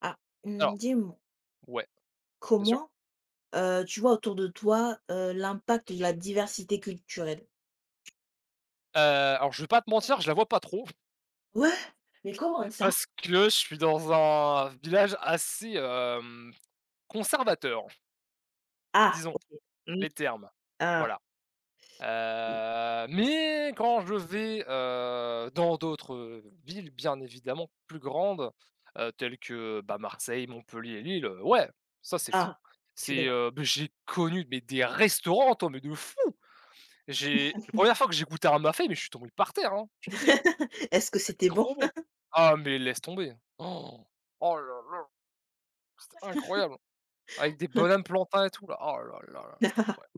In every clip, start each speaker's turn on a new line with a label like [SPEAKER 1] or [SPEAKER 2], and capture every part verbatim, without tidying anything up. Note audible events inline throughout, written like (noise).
[SPEAKER 1] Ah, mmh,
[SPEAKER 2] Alors,
[SPEAKER 1] dis-moi,
[SPEAKER 2] ouais, bien sûr.
[SPEAKER 1] comment, heu, tu vois autour de toi, heu, l'impact de la diversité culturelle?
[SPEAKER 2] Heu, alors je vais pas te mentir, je la vois pas trop
[SPEAKER 1] Ouais, mais comment
[SPEAKER 2] (laughs)
[SPEAKER 1] ça?
[SPEAKER 2] parce que je suis dans un village assez, hem, conservateur,
[SPEAKER 1] Ah,
[SPEAKER 2] disons
[SPEAKER 1] oh, mmh,
[SPEAKER 2] les termes.
[SPEAKER 1] ah,
[SPEAKER 2] Voilà, heu, mais quand je vais, heu, dans d'autres villes bien évidemment plus grandes, heu, telles que, bah, Marseille, Montpellier, Lille, heu, ouais, ça c'est fou.
[SPEAKER 1] ah, tu
[SPEAKER 2] C'est,
[SPEAKER 1] l'es.
[SPEAKER 2] heu, beh, j'ai connu, mais des restaurants, toi, mais de fou! J'ai la première fois que j'ai goûté un mafé, mais je suis tombé par terre, hein, je te le dis, hein.
[SPEAKER 1] (laughs) Est-ce que
[SPEAKER 2] C'est
[SPEAKER 1] c'était bon?
[SPEAKER 2] trop bon! Ah mais laisse tomber! Oh oh là là, c'était incroyable! Avec des bananes plantains et tout là, oh là là là, c'était
[SPEAKER 1] (laughs)
[SPEAKER 2] incroyable.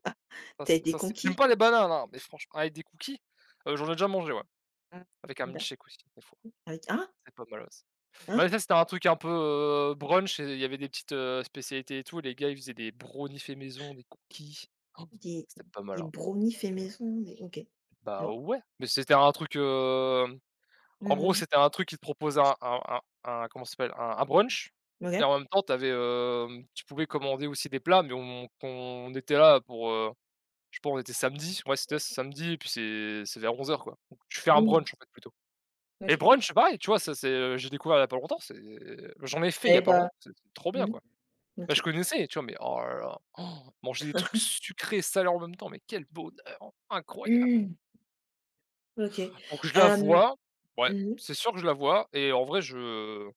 [SPEAKER 2] Ça
[SPEAKER 1] T'as
[SPEAKER 2] c'est
[SPEAKER 1] été
[SPEAKER 2] ça c'est j'aime
[SPEAKER 1] conquis?
[SPEAKER 2] pas les bananes, hein, mais franchement avec des cookies, heu, j'en ai déjà mangé, ouais,
[SPEAKER 1] Mmh,
[SPEAKER 2] avec un
[SPEAKER 1] d'acc
[SPEAKER 2] milkshake aussi des fois,
[SPEAKER 1] avec hein?
[SPEAKER 2] c'est pas mal aussi.
[SPEAKER 1] Hein?
[SPEAKER 2] Bah, mais ça c'était un truc un peu, heu, brunch et il y avait des petites, heu, spécialités et tout, les gars, ils faisaient des brownies faits maison, des cookies. Oh,
[SPEAKER 1] Des
[SPEAKER 2] c'était pas mal,
[SPEAKER 1] des
[SPEAKER 2] hein,
[SPEAKER 1] brownies faits
[SPEAKER 2] c'était pas
[SPEAKER 1] maison, des OK. Je
[SPEAKER 2] bah
[SPEAKER 1] vois.
[SPEAKER 2] ouais, mais c'était un truc, hem En gros,
[SPEAKER 1] Mmh
[SPEAKER 2] c'était un truc qui te proposait un un un un comment ça s'appelle? Un un brunch et
[SPEAKER 1] OK.
[SPEAKER 2] en même temps, tu avais, hem, tu pouvais commander aussi des plats, mais on qu'on était là pour, heu, je sais pas, on était samedi, ouais, c'était samedi et puis c'est c'est vers onze heures quoi. Donc tu fais un
[SPEAKER 1] Mmh,
[SPEAKER 2] brunch, en fait, plutôt et
[SPEAKER 1] OK.
[SPEAKER 2] brunch, c'est pareil, tu vois? Ça, c'est, heu, j'ai découvert il y a pas longtemps, c'est j'en ai
[SPEAKER 1] Je
[SPEAKER 2] fait il y a
[SPEAKER 1] savais
[SPEAKER 2] pas
[SPEAKER 1] pas.
[SPEAKER 2] longtemps, c'est c'est trop bien,
[SPEAKER 1] Mmh,
[SPEAKER 2] quoi. Bah,
[SPEAKER 1] OK.
[SPEAKER 2] je connaissais, tu vois? Mais oh là là, oh, manger des trucs sucrés et salés en même temps, mais quel bonheur incroyable!
[SPEAKER 1] Mmh, OK.
[SPEAKER 2] Donc je la
[SPEAKER 1] Hem,
[SPEAKER 2] vois, ouais,
[SPEAKER 1] mmh mh,
[SPEAKER 2] c'est sûr que je la vois et en vrai, je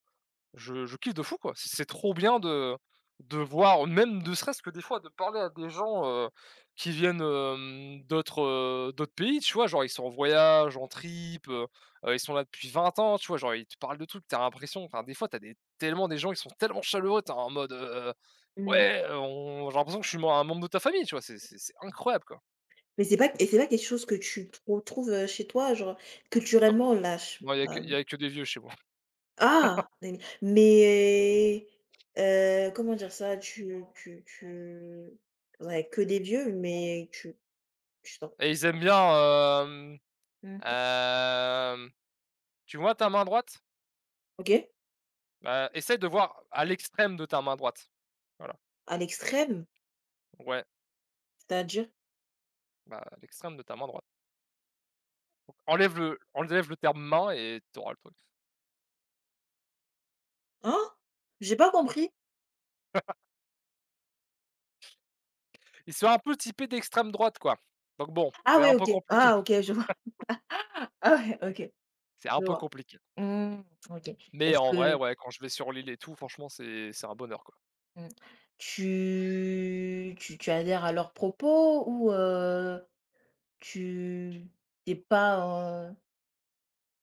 [SPEAKER 2] Je je kiffe de fou, quoi. C'est c'est trop bien de de voir, même ne serait-ce que des fois, de parler à des gens, heu, qui viennent, hem, d'autres, heu, d'autres pays, tu vois? Genre, ils sont en voyage, en trip, heu heu, ils sont là depuis vingt ans, tu vois? Genre, ils te parlent de trucs, t'as l'impression enfin, des fois, t'as des tellement des gens, qui sont tellement chaleureux, t'es en mode, heu:
[SPEAKER 1] mmh.
[SPEAKER 2] «Ouais, on j'ai l'impression que je suis mem un membre de ta famille», tu vois? C'est c'est c'est incroyable, quoi.
[SPEAKER 1] Mais c'est pas et c'est pas quelque chose que tu retrouves, heu, chez toi, genre,
[SPEAKER 2] Non,
[SPEAKER 1] culturellement là, je
[SPEAKER 2] non, il y a que y
[SPEAKER 1] hem
[SPEAKER 2] a que des vieux chez moi
[SPEAKER 1] ah! Mais mais, heu, comment dire ça? Tu tu tu ouais, que des vieux, mais tu tu sens
[SPEAKER 2] et ils aiment bien, hem,
[SPEAKER 1] mmh,
[SPEAKER 2] hem, tu vois ta main droite?
[SPEAKER 1] OK.
[SPEAKER 2] Bah, essaie de voir à l'extrême de ta main droite. Voilà.
[SPEAKER 1] À l'extrême?
[SPEAKER 2] Ouais,
[SPEAKER 1] C'est-à-dire?
[SPEAKER 2] bah, à l'extrême de ta main droite. Donc, enlève le, enlève le terme main et tu auras le truc.
[SPEAKER 1] Hein? J'ai pas compris.
[SPEAKER 2] Ils sont un peu typés d'extrême droite, quoi. Donc bon,
[SPEAKER 1] Ah
[SPEAKER 2] c'est
[SPEAKER 1] ouais,
[SPEAKER 2] un peu
[SPEAKER 1] OK.
[SPEAKER 2] compliqué.
[SPEAKER 1] Ah OK,
[SPEAKER 2] (laughs)
[SPEAKER 1] je vois. (laughs) Ah ouais, OK,
[SPEAKER 2] C'est un
[SPEAKER 1] je
[SPEAKER 2] peu
[SPEAKER 1] vois.
[SPEAKER 2] compliqué.
[SPEAKER 1] Mmh, OK.
[SPEAKER 2] Mais
[SPEAKER 1] Est-ce
[SPEAKER 2] en
[SPEAKER 1] que
[SPEAKER 2] vrai, ouais, quand je vais sur l'île et tout, franchement, c'est c'est un bonheur, quoi.
[SPEAKER 1] mmh, tu tu tu adhères à leurs propos ou heu. Tu t'es pas, heu,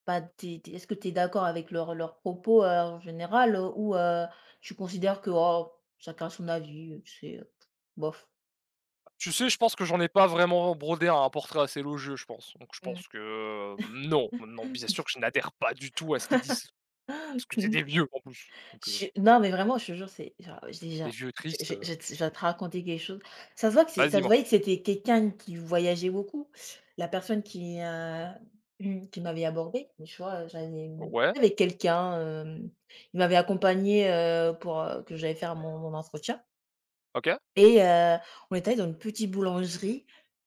[SPEAKER 1] pas t'es es est-ce que tu es d'accord avec leurs leurs propos, heu, en général, heu, ou heu, tu considères que, oh, chacun a son avis, heu, tu sais, heu, bof?
[SPEAKER 2] Tu sais, je pense que j'en ai pas vraiment brodé un portrait assez élogieux, je pense. Donc je
[SPEAKER 1] Mmh.
[SPEAKER 2] pense que euh, non, non, bien sûr que je n'adhère pas du tout à ce qu'ils disent. Parce que c'est des
[SPEAKER 1] (laughs)
[SPEAKER 2] vieux, en plus. Donc
[SPEAKER 1] Je
[SPEAKER 2] euh,
[SPEAKER 1] suis non, mais vraiment, je te jure, c'est genre, j'ai
[SPEAKER 2] des
[SPEAKER 1] déjà
[SPEAKER 2] vieux
[SPEAKER 1] je
[SPEAKER 2] tristes.
[SPEAKER 1] je
[SPEAKER 2] euh,
[SPEAKER 1] je t je vais te raconter quelque chose. Ça se voit que c'est
[SPEAKER 2] Vas-y,
[SPEAKER 1] ça se
[SPEAKER 2] moi.
[SPEAKER 1] voyait que c'était quelqu'un qui voyageait beaucoup. La personne qui, heu, mmh, qui m'avait abordée, tu vois, j'avais mmh,
[SPEAKER 2] Ouais,
[SPEAKER 1] j'étais avec quelqu'un, hem, il m'avait accompagnée, pour, heu, que j'allais faire mon mon entretien.
[SPEAKER 2] ok,
[SPEAKER 1] Et heu, on est allé dans une petite boulangerie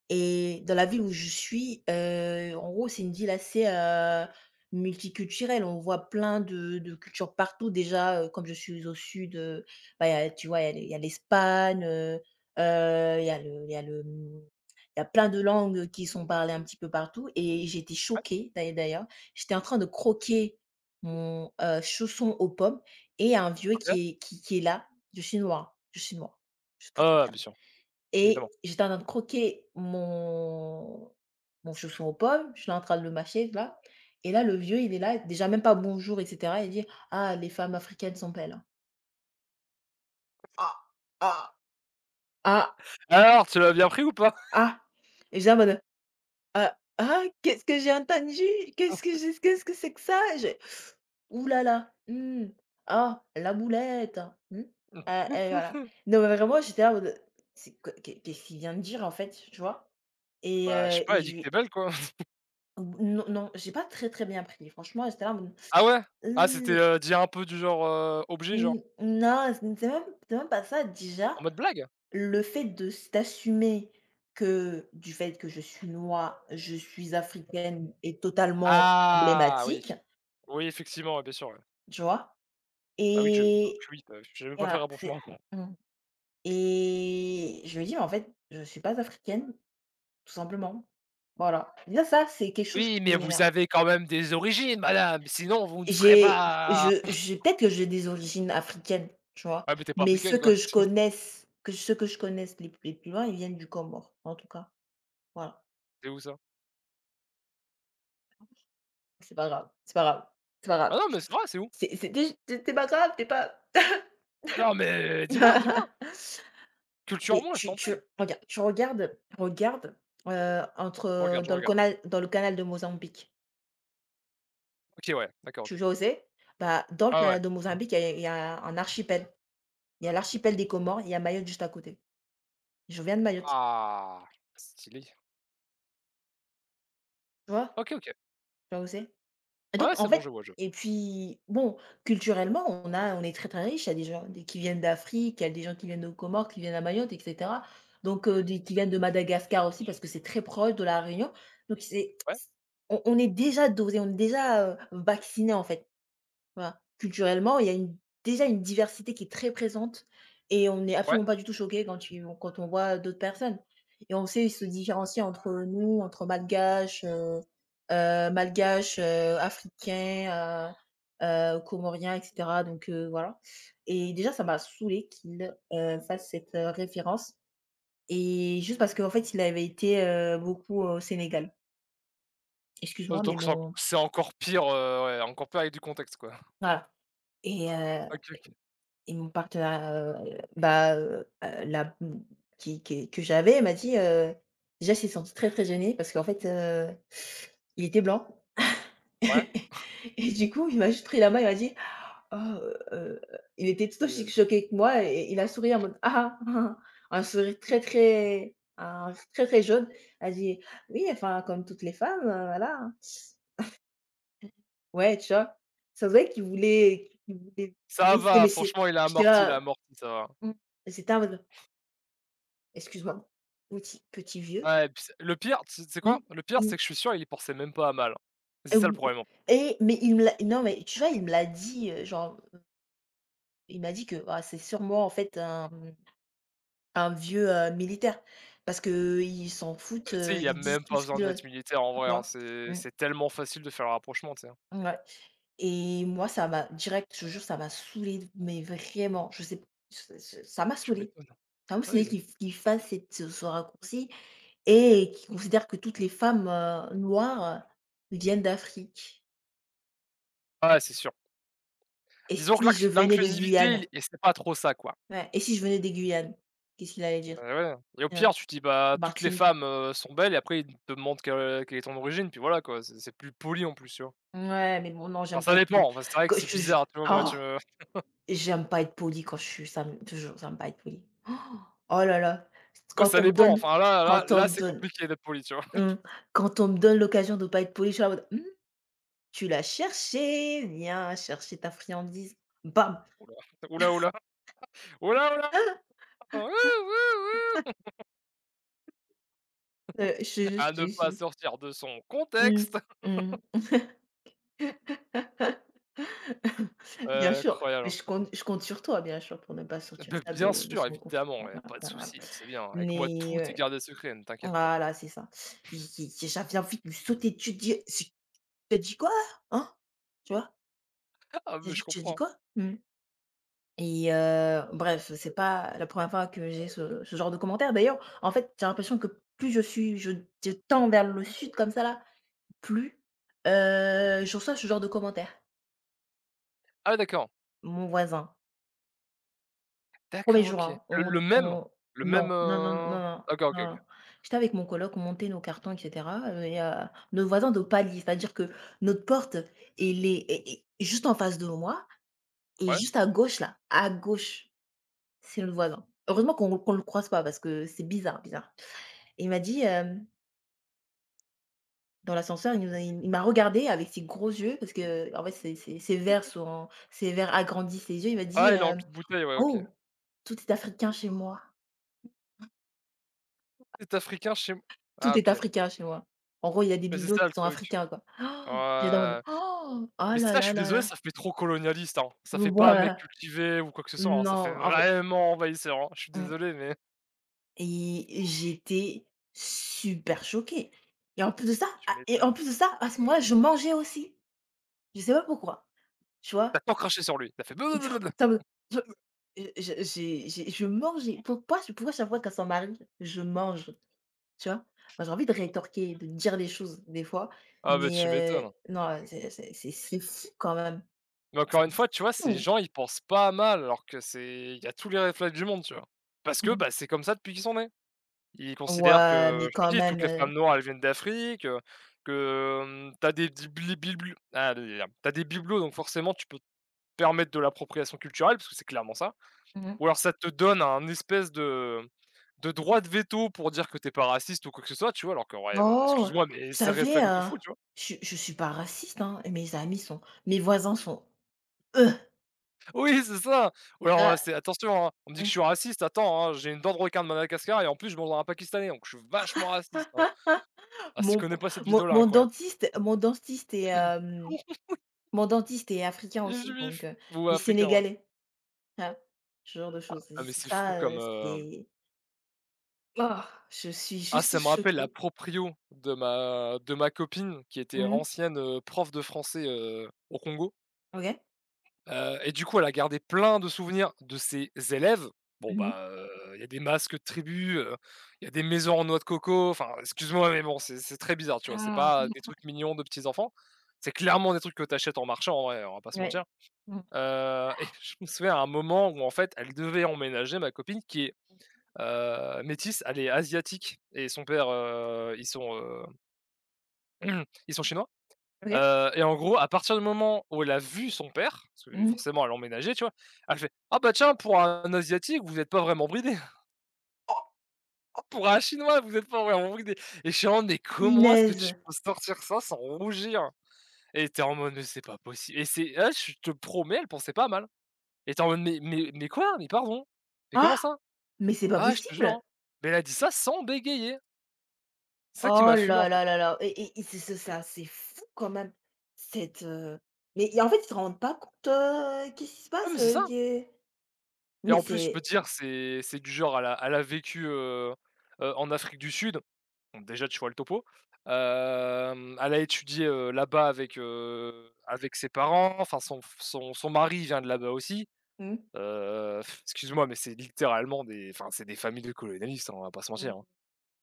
[SPEAKER 1] et dans la ville où je suis, heu, en gros, c'est une ville assez, heu, multiculturelle. On voit plein de de cultures partout. Déjà, heu, comme je suis au sud, heu, bah, y a tu vois, il y a l'E y a l'Espagne, heu, heu, il y a le il y a le, mmh, il y a plein de langues qui sont parlées un petit peu partout et j'étais
[SPEAKER 2] ouais,
[SPEAKER 1] choquée d'ailleurs d'ailleurs. J'étais en train de croquer mon, heu, chausson aux pommes et il y a un vieux
[SPEAKER 2] ok.
[SPEAKER 1] qui est qui qui est là. Je suis noire, je suis noire. Je peux te
[SPEAKER 2] Ah, bien
[SPEAKER 1] dire
[SPEAKER 2] sûr.
[SPEAKER 1] et
[SPEAKER 2] Évidemment.
[SPEAKER 1] j'étais en train de croquer mon mon chou-chou aux pommes, je suis en train de le mâcher là et là, le vieux, il est là, déjà même pas bonjour et cetera, il dit: «Ah, les femmes africaines sont belles, hein. Ah, ah, ah,
[SPEAKER 2] Alors, tu l'as bien pris ou pas?
[SPEAKER 1] ah» et j'étais en mode: «Ah, ah, qu'est-ce que j'ai entendu? Qu'est-ce que j'ai qu'est-ce que c'est que ça?» J'ai «Ouh là là, mmh, ah, la boulette, mmh,
[SPEAKER 2] (laughs)
[SPEAKER 1] ah» et voilà. Non, mais vraiment, j'étais là en mode: «C'est quoi? Qu'est qu'est-ce qu'il vient de dire, en fait?» Tu vois? Et
[SPEAKER 2] Bah, je sais
[SPEAKER 1] heu
[SPEAKER 2] pas,
[SPEAKER 1] et
[SPEAKER 2] elle dit
[SPEAKER 1] je
[SPEAKER 2] que t'es
[SPEAKER 1] lui
[SPEAKER 2] belle, quoi. (laughs)
[SPEAKER 1] ou non, non, j'ai pas très, très bien pris. Franchement, j'étais là en mode:
[SPEAKER 2] Ah ouais? Ah, c'était,
[SPEAKER 1] «Heu,
[SPEAKER 2] heu, dire un peu du genre, heu, objet, genre?
[SPEAKER 1] n non, c'est c'est même c'est même pas ça».
[SPEAKER 2] En
[SPEAKER 1] Déjà,
[SPEAKER 2] mode blague?
[SPEAKER 1] le fait de s d'assumer que du fait que je suis noire, je suis africaine est totalement
[SPEAKER 2] Ah oui,
[SPEAKER 1] problématique,
[SPEAKER 2] oui, effectivement, ouais, bien sûr, ouais.
[SPEAKER 1] tu vois?
[SPEAKER 2] Bah oui, je
[SPEAKER 1] Et
[SPEAKER 2] oui, bah, je vais même
[SPEAKER 1] et
[SPEAKER 2] pas faire
[SPEAKER 1] voilà,
[SPEAKER 2] un
[SPEAKER 1] c'est
[SPEAKER 2] branchement.
[SPEAKER 1] mmh et je me dis: «Mais en fait, je suis pas africaine, tout simplement». Voilà. Déjà ça, c'est quelque chose
[SPEAKER 2] Oui,
[SPEAKER 1] qui
[SPEAKER 2] mais vous
[SPEAKER 1] m'énerve.
[SPEAKER 2] avez quand même des origines, madame, sinon vous ne serez
[SPEAKER 1] J'ai je
[SPEAKER 2] pas
[SPEAKER 1] j'ai peut-être que j'ai des origines africaines, tu vois?
[SPEAKER 2] Ah, mais t'es pas
[SPEAKER 1] Mais ceux
[SPEAKER 2] africaine, quoi.
[SPEAKER 1] que je
[SPEAKER 2] (laughs)
[SPEAKER 1] connaisse que ceux que je connaisse les les plus loin, ils viennent du Comore, en tout cas. Voilà,
[SPEAKER 2] C'est où ça?
[SPEAKER 1] c'est pas grave, c'est pas grave, c'est pas grave.
[SPEAKER 2] Ah non, mais c'est vrai, c'est où?
[SPEAKER 1] C'est c'est déj c'est c'est pas grave, t'es pas.
[SPEAKER 2] Ah non, mais dis-moi, dis-moi!
[SPEAKER 1] (laughs) Mais
[SPEAKER 2] Culture-moi, je t'en
[SPEAKER 1] tu tu
[SPEAKER 2] prie.
[SPEAKER 1] regarde tu regardes regarde, heu, entre,
[SPEAKER 2] Je
[SPEAKER 1] heu,
[SPEAKER 2] regarde, je
[SPEAKER 1] dans le
[SPEAKER 2] regarde.
[SPEAKER 1] canal dans le canal de Mozambique.
[SPEAKER 2] OK, ouais, d'accord,
[SPEAKER 1] Tu
[SPEAKER 2] OK.
[SPEAKER 1] vois où c'est? Bah, dans le
[SPEAKER 2] Ah ouais.
[SPEAKER 1] canal de Mozambique, il y a il y a un archipel. Il y a l'archipel des Comores, il y a Mayotte juste à côté. Je viens de Mayotte,
[SPEAKER 2] Ah! Stylé.
[SPEAKER 1] tu vois?
[SPEAKER 2] OK, OK.
[SPEAKER 1] Tu vois où c'est? Et
[SPEAKER 2] Ouais,
[SPEAKER 1] donc en
[SPEAKER 2] c'est bon,
[SPEAKER 1] fait
[SPEAKER 2] je vois, je vois.
[SPEAKER 1] et puis bon, culturellement, on a on est très, très riche. Il y a des gens des qui viennent d'Afrique, il y a des gens qui viennent aux Comores, qui viennent à Mayotte et cetera. Donc heu, des qui viennent de Madagascar aussi parce que c'est très proche de La Réunion. Donc c'est
[SPEAKER 2] Ouais,
[SPEAKER 1] on on est déjà dosé on est déjà, heu, vaccinés en fait. Voilà. Culturellement, il y a une déjà une diversité qui est très présente et on n'est
[SPEAKER 2] ouais.
[SPEAKER 1] absolument pas du tout choqué quand tu quand on voit d'autres personnes et on sait se différencier entre nous, entre malgaches, heu heu, malgaches, heu, africains, heu heu, comoriens et cetera donc heu, voilà et déjà ça m'a saoulé qu'il, heu, fasse cette, heu, référence et juste parce qu'en fait, il avait été, heu, beaucoup au Sénégal.
[SPEAKER 2] Heu,
[SPEAKER 1] Excuse-moi mais
[SPEAKER 2] donc c'est enc
[SPEAKER 1] bon,
[SPEAKER 2] c'est encore pire, heu, ouais, encore pire avec du contexte, quoi. (laughs)
[SPEAKER 1] voilà et heu.
[SPEAKER 2] OK, OK.
[SPEAKER 1] Et mon partenaire, heu, bah, heu, heu, là, mmh, qui qui que j'avais m'a dit, heu, déjà, il s'est senti très, très gêné parce qu'en fait, heu, il était blanc.
[SPEAKER 2] Ouais,
[SPEAKER 1] (laughs) Et du coup, il m'a juste pris la main, il m'a dit: «Oh, heu, il était tout
[SPEAKER 2] allez,
[SPEAKER 1] aussi
[SPEAKER 2] allez.
[SPEAKER 1] choqué que moi et il a souri en mode: «Ah, ah, ah, ah un sourire très, très un très, très jaune. Elle a dit: «Oui, enfin, comme toutes les femmes, heu, voilà, hein». Ouais, tu vois? Ça se voyait qu'il voulait qu'il voulait
[SPEAKER 2] Ça
[SPEAKER 1] blesser,
[SPEAKER 2] va,
[SPEAKER 1] mais c'est
[SPEAKER 2] franchement, il a
[SPEAKER 1] j'étais
[SPEAKER 2] amorti, il
[SPEAKER 1] là,
[SPEAKER 2] a amorti, ça va.
[SPEAKER 1] mmh, c'était en mode excuse-moi, petit petit vieux.
[SPEAKER 2] Ouais et puis c'est le pire, tu sais tu sais quoi?
[SPEAKER 1] Mmh.
[SPEAKER 2] Le pire, c'est
[SPEAKER 1] Mmh.
[SPEAKER 2] que je suis sûr, il y pensait même pas à mal. hein. C'est
[SPEAKER 1] Et
[SPEAKER 2] ça le
[SPEAKER 1] oui
[SPEAKER 2] problème, en fait.
[SPEAKER 1] et mais il me l'a non mais tu vois, il me l'a dit, heu, genre, il m'a dit que: «Ah, c'est sûrement en fait un, mmh, un vieux, heu, militaire» parce que ils s'en foutent,
[SPEAKER 2] Tu sais, il
[SPEAKER 1] heu,
[SPEAKER 2] y a
[SPEAKER 1] ils disent
[SPEAKER 2] même pas
[SPEAKER 1] tout ce
[SPEAKER 2] besoin
[SPEAKER 1] qu'ils
[SPEAKER 2] d'être
[SPEAKER 1] veulent,
[SPEAKER 2] militaire, en
[SPEAKER 1] tu
[SPEAKER 2] vrai, hein.
[SPEAKER 1] vois?
[SPEAKER 2] C'est
[SPEAKER 1] Mmh,
[SPEAKER 2] c'est tellement facile de faire le rapprochement, tu sais, hein?
[SPEAKER 1] ouais et moi ça m'a direct, je te jure, ça m'a saoulé, mais vraiment, je sais p ça m'a
[SPEAKER 2] Tu
[SPEAKER 1] saoulé.
[SPEAKER 2] m'étonnes.
[SPEAKER 1] Ça m'a saoulée
[SPEAKER 2] Oui.
[SPEAKER 1] qu'il qu'il fasse cette ce ce raccourci et qu'il considère que toutes les femmes, heu, noires, viennent d'Afrique.
[SPEAKER 2] Ouais, c'est sûr.
[SPEAKER 1] Et
[SPEAKER 2] Disons que
[SPEAKER 1] si je
[SPEAKER 2] l'incl
[SPEAKER 1] venais de
[SPEAKER 2] l'inclusivité
[SPEAKER 1] Guyane?
[SPEAKER 2] il et c'est pas trop ça, quoi.
[SPEAKER 1] Ouais, et si je venais des Guyanes? Qu'est-ce qu'il allait
[SPEAKER 2] Bah,
[SPEAKER 1] dire?
[SPEAKER 2] ouais et au
[SPEAKER 1] Ouais,
[SPEAKER 2] pire, tu dis: «Bah, toutes les
[SPEAKER 1] Martinique.
[SPEAKER 2] femmes, heu, sont belles» et après, il te demande que quelle est ton origine, puis voilà, quoi. C'est c'est plus poli, en plus, tu vois?
[SPEAKER 1] Ouais, mais bon, non,
[SPEAKER 2] Alors
[SPEAKER 1] j'aime pas
[SPEAKER 2] ça
[SPEAKER 1] être poli.
[SPEAKER 2] dépend, enfin, c'est vrai que
[SPEAKER 1] Que je
[SPEAKER 2] c'est
[SPEAKER 1] te ju
[SPEAKER 2] bizarre, tu vois? Moi,
[SPEAKER 1] oh!
[SPEAKER 2] je
[SPEAKER 1] J'aime pas être poli quand je suis ça me je j'aime pas être poli. Oh oh là là!
[SPEAKER 2] oui, (laughs)
[SPEAKER 1] Quand
[SPEAKER 2] ça
[SPEAKER 1] on me
[SPEAKER 2] dépend,
[SPEAKER 1] donne
[SPEAKER 2] enfin, là là
[SPEAKER 1] quand on
[SPEAKER 2] là,
[SPEAKER 1] me
[SPEAKER 2] c'est
[SPEAKER 1] donne
[SPEAKER 2] compliqué d'être poli, tu vois?
[SPEAKER 1] mmh,
[SPEAKER 2] (laughs)
[SPEAKER 1] quand on me donne l'occasion de pas être poli, je suis là en mode: «Mmh, tu l'as cherché, viens chercher ta friandise». Bam!
[SPEAKER 2] Ouh là, ouh là, ouh là, ouh là, ouh là, ouh, ouh, ouh,
[SPEAKER 1] Heu, je te jure,
[SPEAKER 2] à
[SPEAKER 1] je te
[SPEAKER 2] ne pas
[SPEAKER 1] jure.
[SPEAKER 2] sortir de son contexte,
[SPEAKER 1] (laughs) (laughs) Bien
[SPEAKER 2] heu,
[SPEAKER 1] sûr, mais
[SPEAKER 2] incroyable.
[SPEAKER 1] je compte je compte sur toi, bien sûr, pour ne pas sortir
[SPEAKER 2] Beh,
[SPEAKER 1] ça
[SPEAKER 2] bien
[SPEAKER 1] de de
[SPEAKER 2] sûr,
[SPEAKER 1] son
[SPEAKER 2] évidemment,
[SPEAKER 1] confinement.
[SPEAKER 2] ouais,
[SPEAKER 1] Voilà,
[SPEAKER 2] pas de
[SPEAKER 1] voilà, voilà.
[SPEAKER 2] souci, tu sais bien, avec moi
[SPEAKER 1] Mais
[SPEAKER 2] tout est
[SPEAKER 1] ouais,
[SPEAKER 2] gardé secret, ne t'inquiète pas.
[SPEAKER 1] voilà, c'est ça. J j'ai j'avais envie de lui sauter dessus, de dire: «C'est tu as dit quoi? Hein?» Tu vois?
[SPEAKER 2] (laughs) Ah,
[SPEAKER 1] J'ai
[SPEAKER 2] mais je
[SPEAKER 1] dit: «Tu as dit
[SPEAKER 2] comprends.
[SPEAKER 1] quoi?» mmh et heu, bref, c'est pas la première fois que j'ai ce ce genre de commentaire. D'ailleurs, en fait, j'ai l'impression que plus je suis je je tends vers le sud comme ça là, plus, heu, je reçois ce genre de commentaires.
[SPEAKER 2] Ah ouais, d'accord,
[SPEAKER 1] Mon voisin. Premier
[SPEAKER 2] d'accord,
[SPEAKER 1] jour,
[SPEAKER 2] OK.
[SPEAKER 1] hein,
[SPEAKER 2] Le le
[SPEAKER 1] on
[SPEAKER 2] même
[SPEAKER 1] on
[SPEAKER 2] le même,
[SPEAKER 1] non, non, non, non,
[SPEAKER 2] heu
[SPEAKER 1] non, non,
[SPEAKER 2] d'accord, OK, OK.
[SPEAKER 1] non, j'étais avec mon coloc, on montait nos cartons et cetera, heu, et heu, nos voisins de palier, c'est-à-dire que notre porte, elle est est est juste en face de moi et
[SPEAKER 2] Ouais.
[SPEAKER 1] juste à gauche là, à gauche, c'est notre voisin. Heureusement qu'on qu'on le croise pas parce que c'est bizarre, bizarre. Et il m'a dit, hem, dans l'ascenseur, il nous a il m'a regardé avec ses gros yeux parce que en fait ses ses ses verres sont ses verres agrandissent les yeux, il m'a
[SPEAKER 2] Ah,
[SPEAKER 1] dit,
[SPEAKER 2] il est en
[SPEAKER 1] heu:
[SPEAKER 2] cul de bouteille, ouais, OK.
[SPEAKER 1] «Oh, tout est africain chez moi».
[SPEAKER 2] «C'est africain chez m» ah
[SPEAKER 1] Tout est
[SPEAKER 2] OK,
[SPEAKER 1] africain chez moi. En gros, il y a des
[SPEAKER 2] mais c'est
[SPEAKER 1] bibelots
[SPEAKER 2] ça le
[SPEAKER 1] qui sont
[SPEAKER 2] truc.
[SPEAKER 1] africains, quoi. Ah! J'étais en mode:
[SPEAKER 2] Ouais.
[SPEAKER 1] «Oh! Oh
[SPEAKER 2] Mais
[SPEAKER 1] là
[SPEAKER 2] ça, je
[SPEAKER 1] là
[SPEAKER 2] suis
[SPEAKER 1] là
[SPEAKER 2] désolé,
[SPEAKER 1] là!
[SPEAKER 2] ça fait trop colonialiste, hein. Ça fait pas un mec
[SPEAKER 1] Ouah!
[SPEAKER 2] cultivé ou quoi que ce soit, hein, ça fait
[SPEAKER 1] Non!» en vrai
[SPEAKER 2] vraiment envahisseur, hein. Je suis
[SPEAKER 1] mmh
[SPEAKER 2] désolé, mais
[SPEAKER 1] et j'étais super choquée et en plus de ça
[SPEAKER 2] tu
[SPEAKER 1] ah et en
[SPEAKER 2] m'étonnes.
[SPEAKER 1] plus de ça, à ce moment-là, je mangeais aussi. Je sais pas pourquoi, tu
[SPEAKER 2] T'as as
[SPEAKER 1] vois?
[SPEAKER 2] tant craché sur lui, T'as as fait: blablabla.
[SPEAKER 1] (laughs) Ça me je je j'ai j'ai je mangeais. Pourquoi pourquoi chaque fois qu'elle s'en marie, je mange? Tu vois? Enfin, j'ai envie de rétorquer, de dire les choses des fois,
[SPEAKER 2] «Ah beh, tu
[SPEAKER 1] mais heu,
[SPEAKER 2] m'étonnes».
[SPEAKER 1] non, c'est c'est c'est c'est fou quand même,
[SPEAKER 2] Mais encore une
[SPEAKER 1] c'est
[SPEAKER 2] fois, tu vois, ces
[SPEAKER 1] fou.
[SPEAKER 2] gens, ils pensent pas mal alors que c'est il y a tous les réflexes du monde, tu vois? Parce que,
[SPEAKER 1] Mmh
[SPEAKER 2] bah, c'est comme ça depuis qu'ils sont nés. Ils considèrent
[SPEAKER 1] ouais,
[SPEAKER 2] que
[SPEAKER 1] mais
[SPEAKER 2] je te
[SPEAKER 1] quand
[SPEAKER 2] dis,
[SPEAKER 1] même,
[SPEAKER 2] toutes les
[SPEAKER 1] heu,
[SPEAKER 2] femmes noires, elles viennent d'Afrique, heu, que, hem, tu as des di bli biblu ah, tu as des bibelots, donc forcément, tu peux te permettre de l'appropriation culturelle, parce que c'est clairement ça.
[SPEAKER 1] mmh
[SPEAKER 2] Ou alors ça te donne un espèce de de droit de veto pour dire que t'es pas raciste ou quoi que ce soit, tu vois? Alors que ouais bah,
[SPEAKER 1] oh, vous
[SPEAKER 2] excuse-moi, mais c'est
[SPEAKER 1] savez,
[SPEAKER 2] réflexe de
[SPEAKER 1] heu,
[SPEAKER 2] fou, tu vois?
[SPEAKER 1] je je suis pas raciste, hein, et mes amis sont mes voisins sont, euh
[SPEAKER 2] Oui, c'est ça! Ou alors, heu,
[SPEAKER 1] là,
[SPEAKER 2] c'est: «Attention, hein, on me dit que
[SPEAKER 1] mmh.
[SPEAKER 2] je suis raciste, attends, hein, j'ai une dent de requin de Madagascar et en plus je mange un pakistanais, donc je suis vachement raciste, hein». Ah, si tu
[SPEAKER 1] mon
[SPEAKER 2] connais pas cette
[SPEAKER 1] mon
[SPEAKER 2] vidéo-là,
[SPEAKER 1] mon
[SPEAKER 2] incroyable.
[SPEAKER 1] dentiste mon dentiste est, hem,
[SPEAKER 2] (coughs) (laughs)
[SPEAKER 1] mon dentiste est africain
[SPEAKER 2] Les
[SPEAKER 1] aussi, donc
[SPEAKER 2] juifs
[SPEAKER 1] heu,
[SPEAKER 2] ou
[SPEAKER 1] il est
[SPEAKER 2] africains, ouais.
[SPEAKER 1] sénégalais, tu ce genre de choses. Et
[SPEAKER 2] Ah, mais c'est fou
[SPEAKER 1] ça,
[SPEAKER 2] comme,
[SPEAKER 1] heu,
[SPEAKER 2] heu
[SPEAKER 1] c'est, oh, je suis
[SPEAKER 2] ah,
[SPEAKER 1] juste
[SPEAKER 2] ça me rappelle la
[SPEAKER 1] choquée.
[SPEAKER 2] proprio de ma de ma copine qui était
[SPEAKER 1] Mmh mh.
[SPEAKER 2] ancienne, heu, prof de français, heu, au Congo.
[SPEAKER 1] OK.
[SPEAKER 2] Heu et du coup, elle a gardé plein de souvenirs de ses élèves. Bon,
[SPEAKER 1] Mmh mh.
[SPEAKER 2] bah, euh, il y a des masques de tribu, euh, il y a des maisons en noix de coco, enfin, excuse-moi, mais bon, c'est c'est très bizarre, tu vois? C'est
[SPEAKER 1] Ah!
[SPEAKER 2] pas des trucs mignons de petits enfants. C'est clairement des trucs que t'achètes en marchant, en vrai, on va pas se
[SPEAKER 1] Ouais.
[SPEAKER 2] mentir.
[SPEAKER 1] Mmh.
[SPEAKER 2] Heu (laughs) et je me souviens à un moment où, en fait, elle devait emménager ma copine qui est, heu, métisse, elle est asiatique et son père, heu, ils sont, heu, (clears throat) ils sont chinois.
[SPEAKER 1] OK.
[SPEAKER 2] Heu et en gros, à partir du moment où elle a vu son père, parce
[SPEAKER 1] Mmh.
[SPEAKER 2] que
[SPEAKER 1] mh.
[SPEAKER 2] forcément elle a emménagé, tu vois? Elle fait: «Ah bah tiens, pour un asiatique, vous n'êtes pas vraiment bridés. (laughs) Pour un chinois, vous n'êtes pas vraiment bridés» et je suis en mode: «Mais comment est-ce que
[SPEAKER 1] Punaise!
[SPEAKER 2] tu peux sortir ça sans rougir?» et t'es en mode: «Mais c'est pas possible» et c'est elle, je te promets, elle pensait pas mal et t'es en mode: «Mais mais mais quoi? Mais pardon? Mais
[SPEAKER 1] Ah!
[SPEAKER 2] comment ça?»
[SPEAKER 1] Mais c'est pas
[SPEAKER 2] «Ah, je te jure,
[SPEAKER 1] possible!
[SPEAKER 2] hein». Mais elle a dit ça sans bégayer. C'est ça qui
[SPEAKER 1] Oh
[SPEAKER 2] m'a fumé, en
[SPEAKER 1] là
[SPEAKER 2] fait.
[SPEAKER 1] là là là! Et et et c'est c'est ça c'est fou quand même, cette, heu mais et en fait, ils se rendent pas compte, heu, qu'est-ce qui se
[SPEAKER 2] Ouais,
[SPEAKER 1] passe,
[SPEAKER 2] mais c'est
[SPEAKER 1] heu,
[SPEAKER 2] ça
[SPEAKER 1] que
[SPEAKER 2] et
[SPEAKER 1] mais
[SPEAKER 2] en plus, je peux
[SPEAKER 1] c'est
[SPEAKER 2] te dire, c'est c'est du genre, elle a elle a vécu, heu heu, en Afrique du Sud. Donc déjà, tu vois le topo. Hem, elle a étudié, heu, là-bas avec, heu, avec ses parents, enfin son son son mari vient de là-bas aussi.
[SPEAKER 1] mmh.
[SPEAKER 2] Heu, excuse-moi, mais c'est littéralement des enfin, c'est des familles de colonialistes, hein, on va pas se mentir,
[SPEAKER 1] Mmh.
[SPEAKER 2] hein.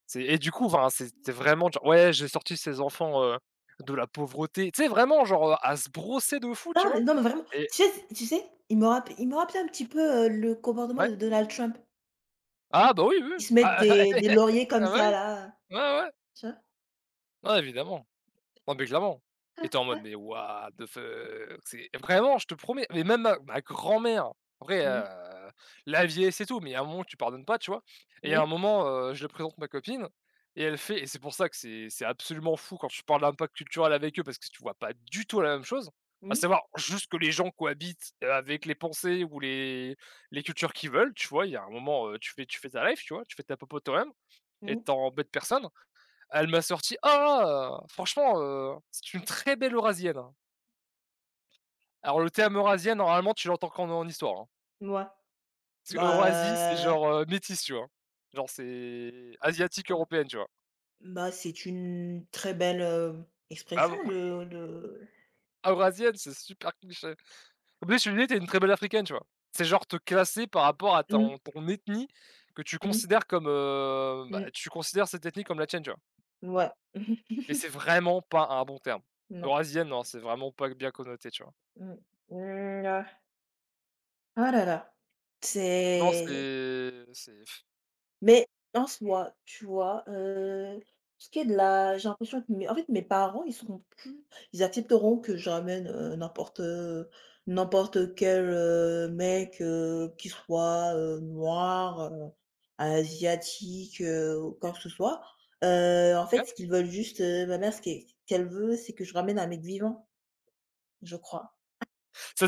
[SPEAKER 2] C'est Et du coup, enfin, c'était vraiment genre: «Ouais, j'ai sorti ses enfants, heu, de la pauvreté». Tu sais, vraiment genre, heu, à se brosser de fou,
[SPEAKER 1] Non,
[SPEAKER 2] tu
[SPEAKER 1] mais
[SPEAKER 2] vois?
[SPEAKER 1] non, mais vraiment,
[SPEAKER 2] Et
[SPEAKER 1] tu sais c tu sais, il me rappe il me rappelait un petit peu, heu, le comportement
[SPEAKER 2] ouais.
[SPEAKER 1] de Donald Trump.
[SPEAKER 2] Ah bah, oui, oui,
[SPEAKER 1] Ils
[SPEAKER 2] oui.
[SPEAKER 1] se mettent
[SPEAKER 2] Bah,
[SPEAKER 1] des
[SPEAKER 2] (laughs)
[SPEAKER 1] des lauriers comme
[SPEAKER 2] ah bah,
[SPEAKER 1] ça
[SPEAKER 2] oui.
[SPEAKER 1] là,
[SPEAKER 2] Ouais, ouais.
[SPEAKER 1] tu vois?
[SPEAKER 2] Ouais, évidemment. Non, mais clairement. Et t'es en mode: «Mais what the fuck?» c'est vraiment, je te promets, mais même ma ma grand-mère, après,
[SPEAKER 1] Mmh.
[SPEAKER 2] heu, la vieillesse et tout, mais il y a un moment, tu pardonnes pas, tu vois? Et à un
[SPEAKER 1] Ouais.
[SPEAKER 2] moment, heu, je le présente ma copine et elle fait et c'est pour ça que c'est c'est absolument fou quand tu parles d'impact culturel avec eux parce que tu vois pas du tout la même chose, à
[SPEAKER 1] Mmh.
[SPEAKER 2] savoir juste que les gens cohabitent, heu, avec les pensées ou les les cultures qu'ils veulent, tu vois? Il y a un moment, heu, tu fais tu fais ta life, tu vois? Tu fais ta popote toi-même et
[SPEAKER 1] Mmh.
[SPEAKER 2] tu embêtes personne elle m'a sorti: «Ah! Franchement, heu, c'est une très belle Eurasienne». hein. Alors le terme Eurasienne, normalement, tu l'entends qu'en en histoire, hein.
[SPEAKER 1] Mouais.
[SPEAKER 2] Parce qu'Eurasie, c'est
[SPEAKER 1] Bah
[SPEAKER 2] genre, heu, métisse, tu vois? Genre c'est asiatique
[SPEAKER 1] ah b
[SPEAKER 2] européenne, tu vois?
[SPEAKER 1] bah, c'est une très belle, heu,
[SPEAKER 2] Ah
[SPEAKER 1] expression
[SPEAKER 2] bon, (laughs)
[SPEAKER 1] de de
[SPEAKER 2] Eurasienne, c'est super cliché. Comme si tu disais: «Tu es une très belle africaine», tu vois? C'est genre te classer par rapport à
[SPEAKER 1] mmh,
[SPEAKER 2] ton ton ethnie que tu
[SPEAKER 1] mmh,
[SPEAKER 2] considères comme, heu, bah,
[SPEAKER 1] mmh,
[SPEAKER 2] tu considères cette ethnie comme la tienne, tu vois?
[SPEAKER 1] ouais. (laughs)
[SPEAKER 2] Et c'est vraiment pas un bon terme.
[SPEAKER 1] Non.
[SPEAKER 2] Eurasienne, non, c'est vraiment pas bien connoté, tu vois?
[SPEAKER 1] Mmh, mmh, ah là là.
[SPEAKER 2] Non,
[SPEAKER 1] C'est
[SPEAKER 2] c'est
[SPEAKER 1] mais en soi, tu vois, heu, ce qui est de la j'ai l'impression que mes en fait, mes parents, ils seront plus ils accepteront que je ramène, heu, n'importe, heu, n'importe quel, heu, mec, heu, qu'il soit, heu, noir, heu, asiatique, heu, ou quoi que ce soit. Heu, en
[SPEAKER 2] c'est
[SPEAKER 1] fait, ce qu'ils veulent juste, heu, ma mère, ce qu'elle qu'elle veut, c'est que je ramène un mec vivant, je crois.